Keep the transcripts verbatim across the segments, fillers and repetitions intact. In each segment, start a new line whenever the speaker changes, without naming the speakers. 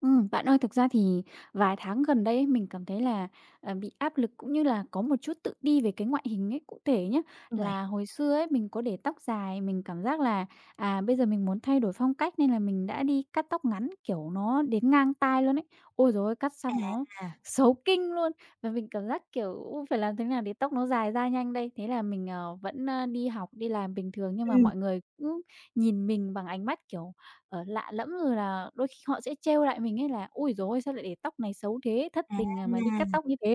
Ừm, bạn ơi, thực ra thì vài tháng gần đây ấy, mình cảm thấy là, ờ, bị áp lực cũng như là có một chút tự ti về cái ngoại hình ấy. Cụ thể nhé
Vậy
là hồi xưa ấy, mình có để tóc dài, mình cảm giác là, à, bây giờ mình muốn thay đổi phong cách nên là mình đã đi cắt tóc ngắn, kiểu, nó đến ngang tai luôn ấy. Ôi rồi cắt xong nó
à.
xấu kinh luôn! Và mình cảm giác, kiểu, u, phải làm thế nào để tóc nó dài ra nhanh đây? Thế là mình, ờ, vẫn, ơ, đi học, đi làm bình thường nhưng mà
Ừm.
mọi người cũng nhìn mình bằng ánh mắt, kiểu, ờ, lạ lẫm, rồi là đôi khi họ sẽ trêu lại mình ấy là "Ui rồi sao lại để tóc này xấu thế, thất
À,
tình, à, mà đi cắt tóc như thế."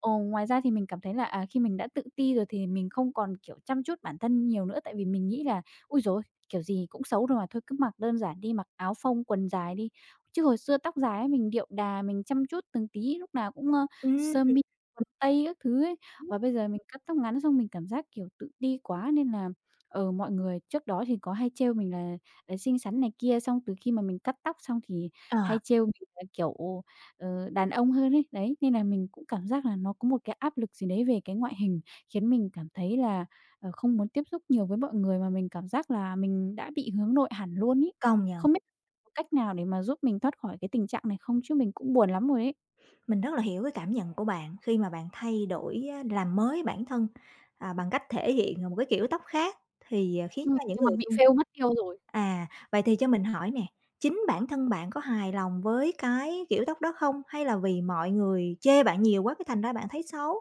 Ồ ngoài ra thì mình cảm thấy là, à, khi mình đã tự ti rồi thì mình không còn, kiểu, chăm chút bản thân nhiều nữa, tại vì mình nghĩ là "Ui rồi kiểu gì cũng xấu rồi mà, thôi cứ mặc đơn giản đi, mặc áo phông, quần dài đi." Chứ hồi xưa tóc dài ấy, mình điệu đà, mình chăm chút từng tí, lúc nào cũng, ơ, sơ
ừm,
mi, quần tây các thứ ấy, và bây giờ mình cắt tóc ngắn xong mình cảm giác, kiểu, tự ti quá nên là, ở mọi người trước đó thì có hay trêu mình là đấy, xinh xắn này kia, xong từ khi mà mình cắt tóc xong thì
ờ,
hay trêu mình là, kiểu, ờ, đàn ông hơn ấy. Đấy, nên là mình cũng cảm giác là nó có một cái áp lực gì đấy về cái ngoại hình, khiến mình cảm thấy là, ờ, không muốn tiếp xúc nhiều với mọi người, mà mình cảm giác là mình đã bị hướng nội hẳn luôn ý.
công nhận.
Không biết có cách nào để mà giúp mình thoát khỏi cái tình trạng này không? Chứ mình cũng buồn lắm rồi ấy.
Mình rất là hiểu cái cảm nhận của bạn khi mà bạn thay đổi á, làm mới bản thân, à, bằng cách thể hiện, ờ, một cái kiểu tóc khác thì, ờ, khiến
Ừm,
cho những
nhưng mà
người
bị
xung.
fail mất tiêu rồi.
À, vậy thì cho mình hỏi nè, chính bản thân bạn có hài lòng với cái kiểu tóc đó không? Hay là vì mọi người chê bạn nhiều quá cái thành ra bạn thấy xấu?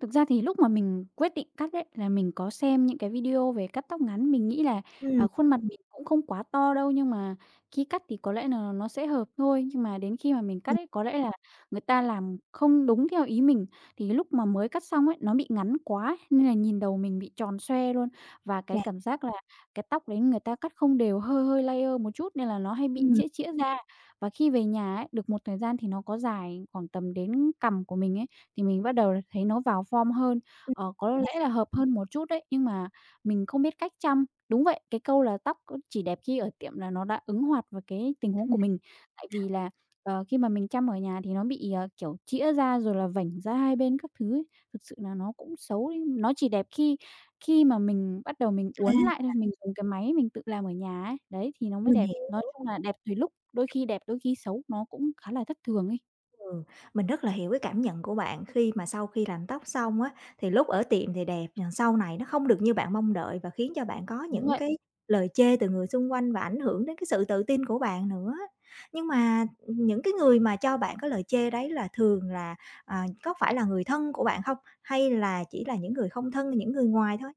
Thực ra thì lúc mà mình quyết định cắt ấy, là mình có xem những cái video về cắt tóc ngắn, mình nghĩ là, à,
Ừm.
khuôn mặt mình cũng không quá to đâu, nhưng mà khi cắt thì có lẽ là nó sẽ hợp thôi. Nhưng mà đến khi mà mình cắt
Mình.
ấy, có lẽ là người ta làm không đúng theo ý mình, thì lúc mà mới cắt xong ấy, nó bị ngắn quá, ấy, nên là nhìn đầu mình bị tròn xoe luôn. Và cái
Chà.
cảm giác là cái tóc đấy người ta cắt không đều, hơi hơi layer một chút nên là nó hay bị
Ừm.
chĩa chĩa ra. Và khi về nhà ấy, được một thời gian thì nó có dài khoảng tầm đến cằm của mình ấy, thì mình bắt đầu thấy nó vào form hơn,
ừm,
ờ, có lẽ là hợp hơn một chút đấy, nhưng mà mình không biết cách chăm. Đúng vậy, cái câu là "Tóc ơ, chỉ đẹp khi ở tiệm" là nó đã ứng hoạt vào cái tình huống của mình. Tại vì là, ờ, khi mà mình chăm ở nhà thì nó bị, ờ, kiểu, chĩa ra rồi là vảnh ra hai bên các thứ ấy, thực sự là nó cũng xấu đi. Nó chỉ đẹp khi khi mà mình bắt đầu mình
à,
uốn lại thôi, mình dùng cái máy mình tự làm ở nhà ấy, đấy, thì nó mới
mình
đẹp.
hiểu.
Nói chung là đẹp tùy lúc, đôi khi đẹp, đôi khi xấu, nó cũng khá là thất thường ấy.
Ừ, mình rất là hiểu cái cảm nhận của bạn khi mà sau khi làm tóc xong á, thì lúc ở tiệm thì đẹp, nhưng sau này nó không được như bạn mong đợi và khiến cho bạn có
Đúng
những
vậy.
cái lời chê từ người xung quanh và ảnh hưởng đến cái sự tự tin của bạn nữa. Nhưng mà ừ, những cái người mà cho bạn cái lời chê đấy là thường là, à, có phải là người thân của bạn không? Hay là chỉ là những người không thân, những người ngoài thôi?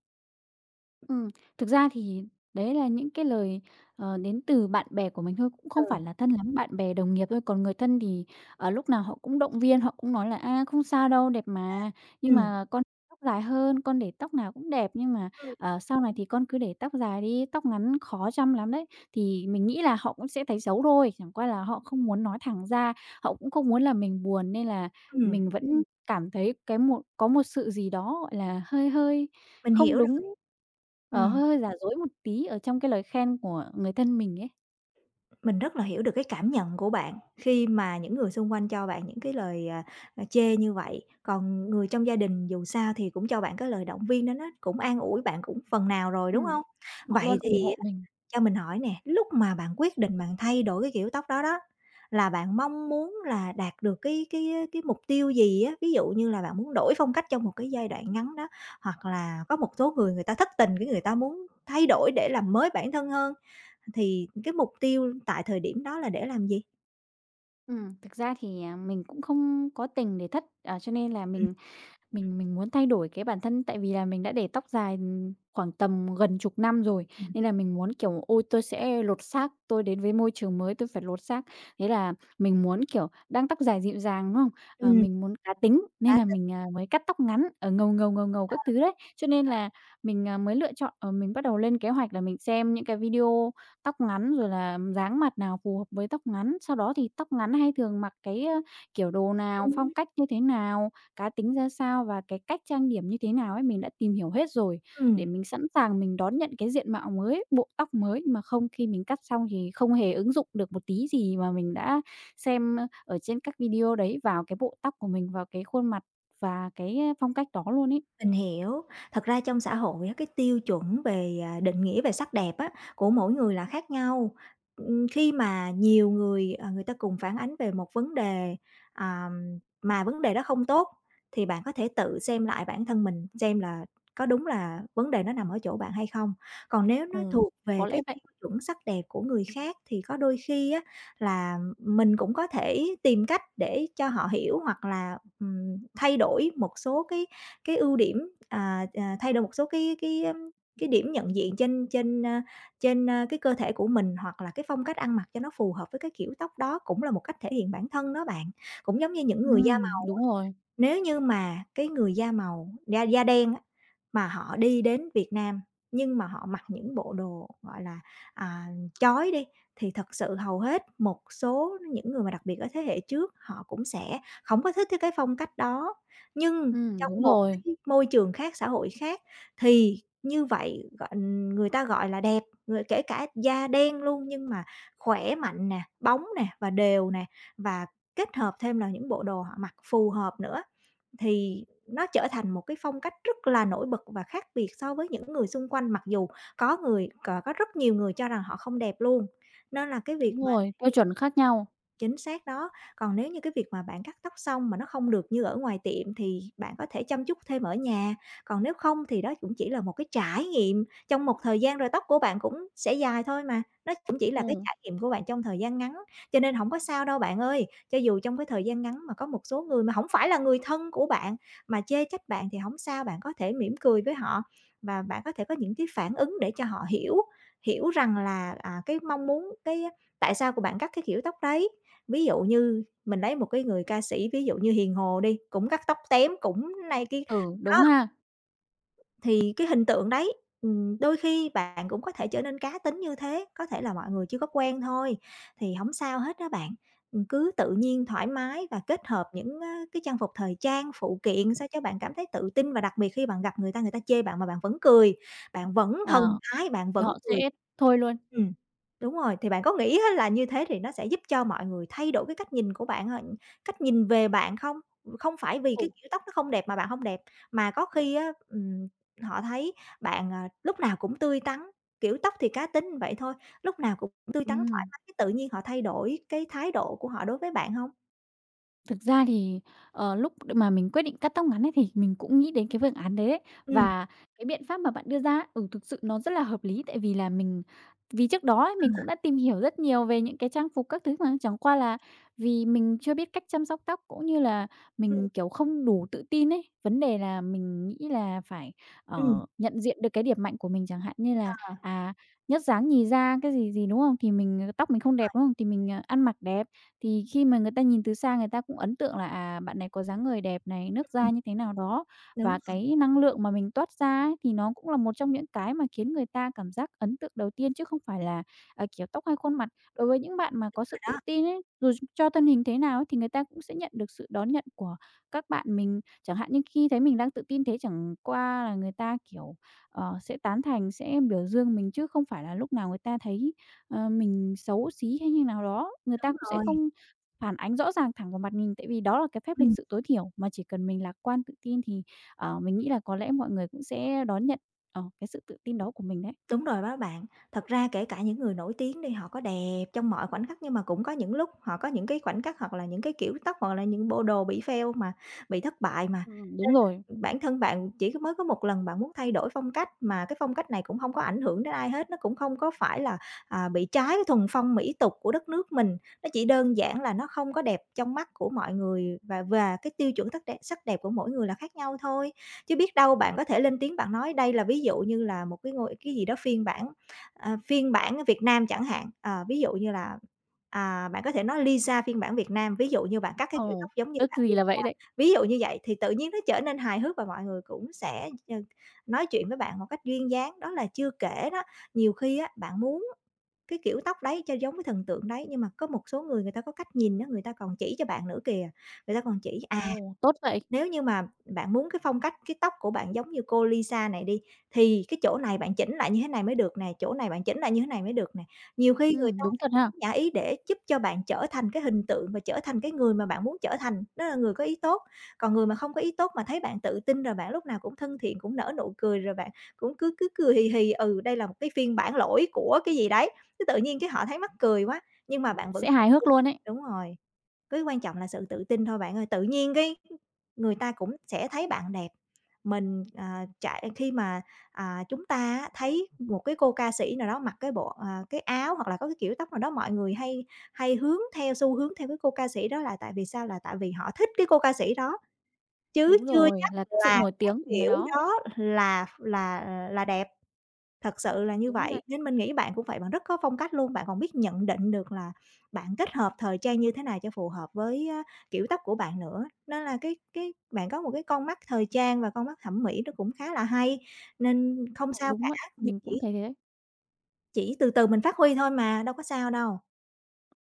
Ừm, Thực ra thì đấy là những cái lời, ờ, đến từ bạn bè của mình thôi, cũng không
Ừ,
phải là thân lắm, bạn bè, đồng nghiệp thôi. Còn người thân thì, ở lúc nào họ cũng động viên, họ cũng nói là "A, không sao đâu, đẹp mà, nhưng
ừm,
mà con tóc dài hơn, con để tóc nào cũng đẹp, nhưng mà,
ừm,
ờ, sau này thì con cứ để tóc dài đi, tóc ngắn khó chăm lắm đấy." Thì mình nghĩ là họ cũng sẽ thấy xấu thôi, chẳng qua là họ không muốn nói thẳng ra, họ cũng không muốn là mình buồn nên là
ừm,
mình vẫn cảm thấy cái một có một sự gì đó, gọi là, hơi hơi
mình hiểu
không
rồi.
đúng, ờ,
Ừm.
hơi hơi giả dối một tí ở trong cái lời khen của người thân mình ấy.
Mình rất là hiểu được cái cảm nhận của bạn khi mà những người xung quanh cho bạn những cái lời, à, à, chê như vậy, còn người trong gia đình dù sao thì cũng cho bạn cái lời động viên đó nó cũng an ủi bạn cũng phần nào rồi, đúng
Ừm,
không?
Họ luôn
Vậy
ủng
thì
hộ
á
mình.
cho mình hỏi nè, lúc mà bạn quyết định bạn thay đổi cái kiểu tóc đó đó, là bạn mong muốn là đạt được cái cái, cái mục tiêu gì á? Ví dụ như là bạn muốn đổi phong cách trong một cái giai đoạn ngắn đó, hoặc là có một số người người ta thất tình cái người ta muốn thay đổi để làm mới bản thân hơn. Thì cái mục tiêu tại thời điểm đó là để làm gì?
Ừm, thực ra thì, à, mình cũng không có tình để thất, à, cho nên là
Ừm.
mình Mình mình muốn thay đổi cái bản thân tại vì là mình đã để tóc dài, ừm, khoảng tầm gần chục năm rồi,
Ừm.
nên là mình muốn, kiểu, ôi, tôi sẽ lột xác, tôi đến với môi trường mới tôi phải lột xác. Thế là mình muốn, kiểu, đang tóc dài dịu dàng, đúng không? Ờ, mình muốn cá tính nên
Cá
là
tính.
mình, à, mới cắt tóc ngắn, ở ngầu ngầu, ngầu ngầu các thứ đấy. Cho nên là mình, à, mới lựa chọn, ờ, mình bắt đầu lên kế hoạch là mình xem những cái video tóc ngắn rồi là dáng mặt nào phù hợp với tóc ngắn, sau đó thì tóc ngắn hay thường mặc cái, ơ, kiểu, đồ nào, phong cách như thế nào cá tính ra sao và cái cách trang điểm như thế nào ấy, mình đã tìm hiểu hết rồi, để
Ừm.
mình sẵn sàng mình đón nhận cái diện mạo mới, bộ tóc mới. Nhưng mà không, khi mình cắt xong thì không hề ứng dụng được một tí gì mà mình đã xem, ở trên các video đấy vào cái bộ tóc của mình, vào cái khuôn mặt và cái, phong cách đó luôn ấy.
Mình hiểu. Thật ra trong xã hội á, cái tiêu chuẩn về, à, định nghĩa về sắc đẹp á, của mỗi người là khác nhau. Ừm, khi mà nhiều người, ờ, người ta cùng phản ánh về một vấn đề, à, mà vấn đề đó không tốt, thì bạn có thể tự xem lại bản thân mình xem là có đúng là vấn đề nó nằm ở chỗ bạn hay không. Còn nếu nó
Ừm,
thuộc
có
về
lẽ
cái
vậy.
tiêu chuẩn sắc đẹp của người khác thì có đôi khi á, là mình cũng có thể tìm cách để cho họ hiểu hoặc là, ừm, thay đổi một số cái cái ưu điểm, à, à, thay đổi một số cái cái, ưm, cái điểm nhận diện trên trên, a, trên, a, cái cơ thể của mình, hoặc là cái phong cách ăn mặc cho nó phù hợp với cái kiểu tóc đó cũng là một cách thể hiện bản thân đó bạn. Cũng giống như những
Ừ
người da màu,
đúng rồi.
nếu như mà cái người da màu da da đen á mà họ đi đến Việt Nam, nhưng mà họ mặc những bộ đồ, gọi là, à, chói đi, thì thật sự hầu hết một số những người mà đặc biệt ở thế hệ trước họ cũng sẽ không có thích cái phong cách đó. Nhưng
Ừ
trong
đúng
một
rồi,
cái môi trường khác, xã hội khác thì như vậy, gọi người ta gọi là đẹp, người kể cả da đen luôn nhưng mà khỏe mạnh nè, bóng nè và đều nè, và kết hợp thêm là những bộ đồ họ mặc phù hợp nữa. Thì nó trở thành một cái phong cách rất là nổi bật và khác biệt so với những người xung quanh, mặc dù có người có có rất nhiều người cho rằng họ không đẹp luôn. Nên là cái việc
đúng
mà.
rồi, tiêu chuẩn khác nhau.
Chính xác đó. Còn nếu như cái việc mà bạn cắt tóc xong mà nó không được như ở ngoài tiệm thì bạn có thể chăm chút thêm ở nhà, còn nếu không thì đó cũng chỉ là một cái trải nghiệm, trong một thời gian rồi tóc của bạn cũng sẽ dài thôi mà, nó cũng chỉ là cái
Ừm.
trải nghiệm của bạn trong thời gian ngắn, cho nên không có sao đâu bạn ơi. Cho dù trong cái thời gian ngắn mà có một số người mà không phải là người thân của bạn mà chê trách bạn thì không sao, bạn có thể mỉm cười với họ và bạn có thể có những cái phản ứng để cho họ hiểu hiểu rằng là, à, cái mong muốn, cái tại sao của bạn cắt cái kiểu tóc đấy? Ví dụ như mình lấy một cái người ca sĩ, ví dụ như Hiền Hồ đi, cũng cắt tóc tém, cũng này kia,
Ừ, đúng
đó,
ha.
thì cái hình tượng đấy, ừm, đôi khi bạn cũng có thể trở nên cá tính như thế, có thể là mọi người chưa có quen thôi, thì hổng sao hết đó bạn. Ừm, cứ tự nhiên, thoải mái và kết hợp những á cái trang phục thời trang, phụ kiện sao cho bạn cảm thấy tự tin và đặc biệt khi bạn gặp người ta, người ta chê bạn mà bạn vẫn cười, bạn vẫn thần
Ờ,
thái, bạn
thì
vẫn
họ
cười.
sẽ thôi luôn.
Ừm, đúng rồi, thì bạn có nghĩ á là như thế thì nó sẽ giúp cho mọi người thay đổi cái cách nhìn của bạn h cách nhìn về bạn không? Không phải vì
Ừ.
cái kiểu tóc nó không đẹp mà bạn hông đẹp, mà có khi á, ừm họ thấy bạn, à, lúc nào cũng tươi tắn, kiểu, tóc thì cá tính vậy thôi, lúc nào cũng tươi tắn thoải
Ừm.
mái, cái tự nhiên họ thay đổi cái thái độ của họ đối với bạn hông?
Thực ra thì, ờ, lúc mà mình quyết định cắt tóc ngắn ấy thì mình cũng nghĩ đến cái phương án đấy đấy.
Ừm.
Và cái biện pháp mà bạn đưa ra á, ừ, thực sự nó rất là hợp lý, tại vì là mình vì trước đó ấy, mình
À.
cũng đã tìm hiểu rất nhiều về những cái trang phục các thứ mà, chẳng qua là vì mình chưa biết cách chăm sóc tóc, cũng như là
Ừm.
mình, kiểu, không đủ tự tin ấy. Vấn đề là mình nghĩ là phải,
Ừm.
ờ, nhận diện được cái điểm mạnh của mình, chẳng hạn như là,
Ờ.
à, nhất dáng nhì da, cái gì gì, đúng không? Thì mình tóc mình không đẹp, đúng không? Thì mình, ờ, ăn mặc đẹp. Thì khi mà người ta nhìn từ xa người ta cũng ấn tượng là, à, bạn này có dáng người đẹp này, nước da
Ừm,
như thế nào đó,
đúng
và
rồi
cái năng lượng mà mình toát ra ấy, thì nó cũng là một trong những cái mà khiến người ta cảm giác ấn tượng đầu tiên chứ không phải là, à, kiểu, tóc hay khuôn mặt. Đối với những bạn mà có sự tự
đó.
tin ấy, dù cho thân hình thế nào ấy thì người ta cũng sẽ nhận được sự đón nhận của các bạn mình. Chẳng hạn như khi thấy mình đang tự tin thế chẳng qua là người ta, kiểu, ờ, sẽ tán thành, sẽ biểu dương mình chứ không phải là lúc nào người ta thấy, ờ, mình xấu xí hay như nào đó, người ta
Đúng
cũng sẽ
rồi.
không phản ánh rõ ràng thẳng vào mặt mình, tại vì đó là cái phép lịch
Ừm,
sự tối thiểu, mà chỉ cần mình lạc quan, tự tin thì, ờ, mình nghĩ là có lẽ mọi người cũng sẽ đón nhận, ờ, cái sự tự tin đó của mình đấy.
đúng rồi đó bạn. Thật ra kể cả những người nổi tiếng đi, họ có đẹp trong mọi khoảnh khắc nhưng mà cũng có những lúc họ có những cái khoảnh khắc hoặc là những cái kiểu tóc hoặc là những bộ đồ bị fail mà bị thất bại mà.
Ừm, đúng rồi.
Bản thân bạn chỉ có mới có một lần bạn muốn thay đổi phong cách mà cái phong cách này cũng không có ảnh hưởng đến ai hết, nó cũng không có phải là, à, bị trái cái thuần phong mỹ tục của đất nước mình, nó chỉ đơn giản là nó không có đẹp trong mắt của mọi người và và cái tiêu chuẩn sắc đẹp sắc đẹp của mỗi người là khác nhau thôi. Chứ biết đâu bạn có thể lên tiếng bạn nói đây là ví dụ như là một cái ngôi cái gì đó phiên bản, ờ, phiên bản ở Việt Nam chẳng hạn, ờ, ví dụ như là, à, bạn có thể nói Lisa phiên bản Việt Nam, ví dụ như bạn cắt cái kiểu
Ồ.
tóc giống như
Ước
bạn
gì
Li.
là vậy đấy.
Ví dụ như vậy thì tự nhiên nó trở nên hài hước và mọi người cũng sẽ ch nói chuyện với bạn một cách duyên dáng. Đó là chưa kể đó, nhiều khi á, bạn muốn cái kiểu tóc đấy cho giống cái thần tượng đấy, nhưng mà có một số người người ta có cách nhìn đó người ta còn chỉ cho bạn nữa kìa, người ta còn chỉ
Ồ, tốt vậy.
nếu như mà bạn muốn cái phong cách, cái tóc của bạn giống như cô Lisa này đi, thì cái chỗ này bạn chỉnh lại như thế này mới được nè, chỗ này bạn chỉnh lại như thế này mới được nè. Nhiều khi người
Ừm.
ta
Đúng thật ha.
nhả ý để giúp cho bạn trở thành cái hình tượng và trở thành cái người mà bạn muốn trở thành, đó là người có ý tốt. Còn người mà không có ý tốt mà thấy bạn tự tin rồi bạn lúc nào cũng thân thiện, cũng nở nụ cười, rồi bạn cũng cứ cứ cười hì hì, ừ, đây là một cái phiên bản lỗi của cái gì đấy, cái tự nhiên cái họ thấy mắc cười quá, nhưng mà
Ừm.
bạn vẫn
Sẽ
tự
hài hước
tin.
luôn ấy.
Đúng rồi, cái quan trọng là sự tự tin thôi bạn ơi, tự nhiên cái người ta cũng sẽ thấy bạn đẹp. Mình, à, trải khi mà, à, chúng ta á thấy một cái cô ca sĩ nào đó mặc cái bộ, à, cái áo hoặc là có cái kiểu tóc nào đó, mọi người hay hay hướng theo, xu hướng theo cái cô ca sĩ đó là tại vì sao? Là tại vì họ thích cái cô ca sĩ đó, chứ
Đúng
chưa
rồi.
chắc
Là cái sự
là
nổi
cái
tiếng của người
kiểu
đó.
đó là là là đẹp. Thật sự là như
Đúng vậy.
vậy, nên mình nghĩ bạn cũng vậy, bạn rất có phong cách luôn, bạn còn biết nhận định được là bạn kết hợp thời trang như thế nào cho phù hợp với, a, kiểu tóc của bạn nữa. Nên là cái cái bạn có một cái con mắt thời trang và con mắt thẩm mỹ nó cũng khá là hay, nên không
Ờ,
sao
đúng
cả,
vậy,
mình
mình cũng
chỉ
thấy thế đấy.
chỉ từ từ mình phát huy thôi mà, đâu có sao đâu.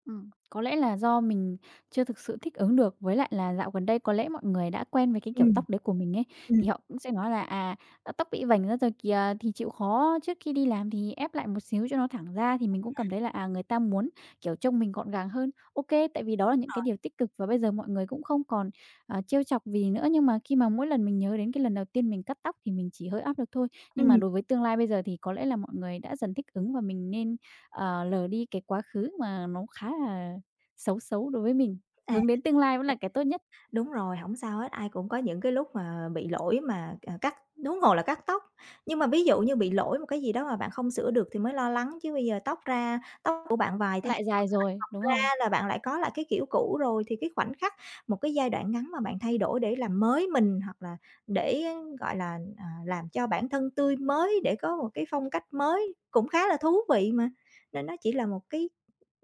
Ừm, có lẽ là do mình chưa thực sự thích ứng được, với lại là dạo gần đây có lẽ mọi người đã quen với cái kiểu
Ừm.
tóc đấy của mình ấy,
Ừm.
thì họ cũng sẽ nói là "À, ờ, tóc bị vành ra rồi kìa, thì chịu khó trước khi đi làm thì ép lại một xíu cho nó thẳng ra." Thì mình cũng cảm thấy là, à, người ta muốn, kiểu, trông mình gọn gàng hơn. OK tại vì đó là những cái
Rồi.
điều tích cực và bây giờ mọi người cũng không còn, ờ, trêu chọc gì nữa. Nhưng mà khi mà mỗi lần mình nhớ đến cái lần đầu tiên mình cắt tóc thì mình chỉ hơi áp lực thôi. Nhưng mà
Ừm.
đối với tương lai bây giờ thì có lẽ là mọi người đã dần thích ứng và mình nên ờ, lờ đi cái quá khứ mà nó khá là xấu xấu đối với mình,
À.
hướng đến tương lai vẫn là cái tốt nhất.
Đúng rồi, hổng sao hết, ai cũng có những cái lúc mà bị lỗi mà, à, cắt huống hồ là cắt tóc. Nhưng mà ví dụ như bị lỗi một cái gì đó mà bạn không sửa được thì mới lo lắng, chứ bây giờ tóc ra tóc của bạn vài tháng
Lại dài rồi, đúng
ra
rồi,
là bạn lại có lại cái kiểu cũ rồi, thì cái khoảnh khắc, một cái giai đoạn ngắn mà bạn thay đổi để làm mới mình, hoặc là để, gọi là, à, làm cho bản thân tươi mới, để có một cái phong cách mới cũng khá là thú vị mà. Nên nó chỉ là một cái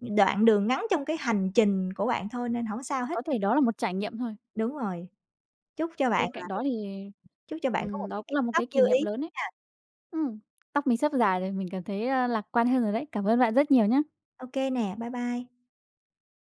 đoạn đường ngắn trong cái hành trình của bạn thôi nên hổng sao hết.
có thể đó là một trải nghiệm thôi.
Đúng rồi, chúc cho bạn
Bên
là
cạnh đó thì,
Chúc cho bạn có một
ừm, đó
cái
cũng
kiểu
là một cái
tóc
kỷ
như
niệm
ý.
lớn ấy. Ừm, Tóc mình sắp dài rồi, mình cảm thấy, a, lạc quan hơn rồi đấy. Cảm ơn bạn rất nhiều nhé.
OK nè, bye bye.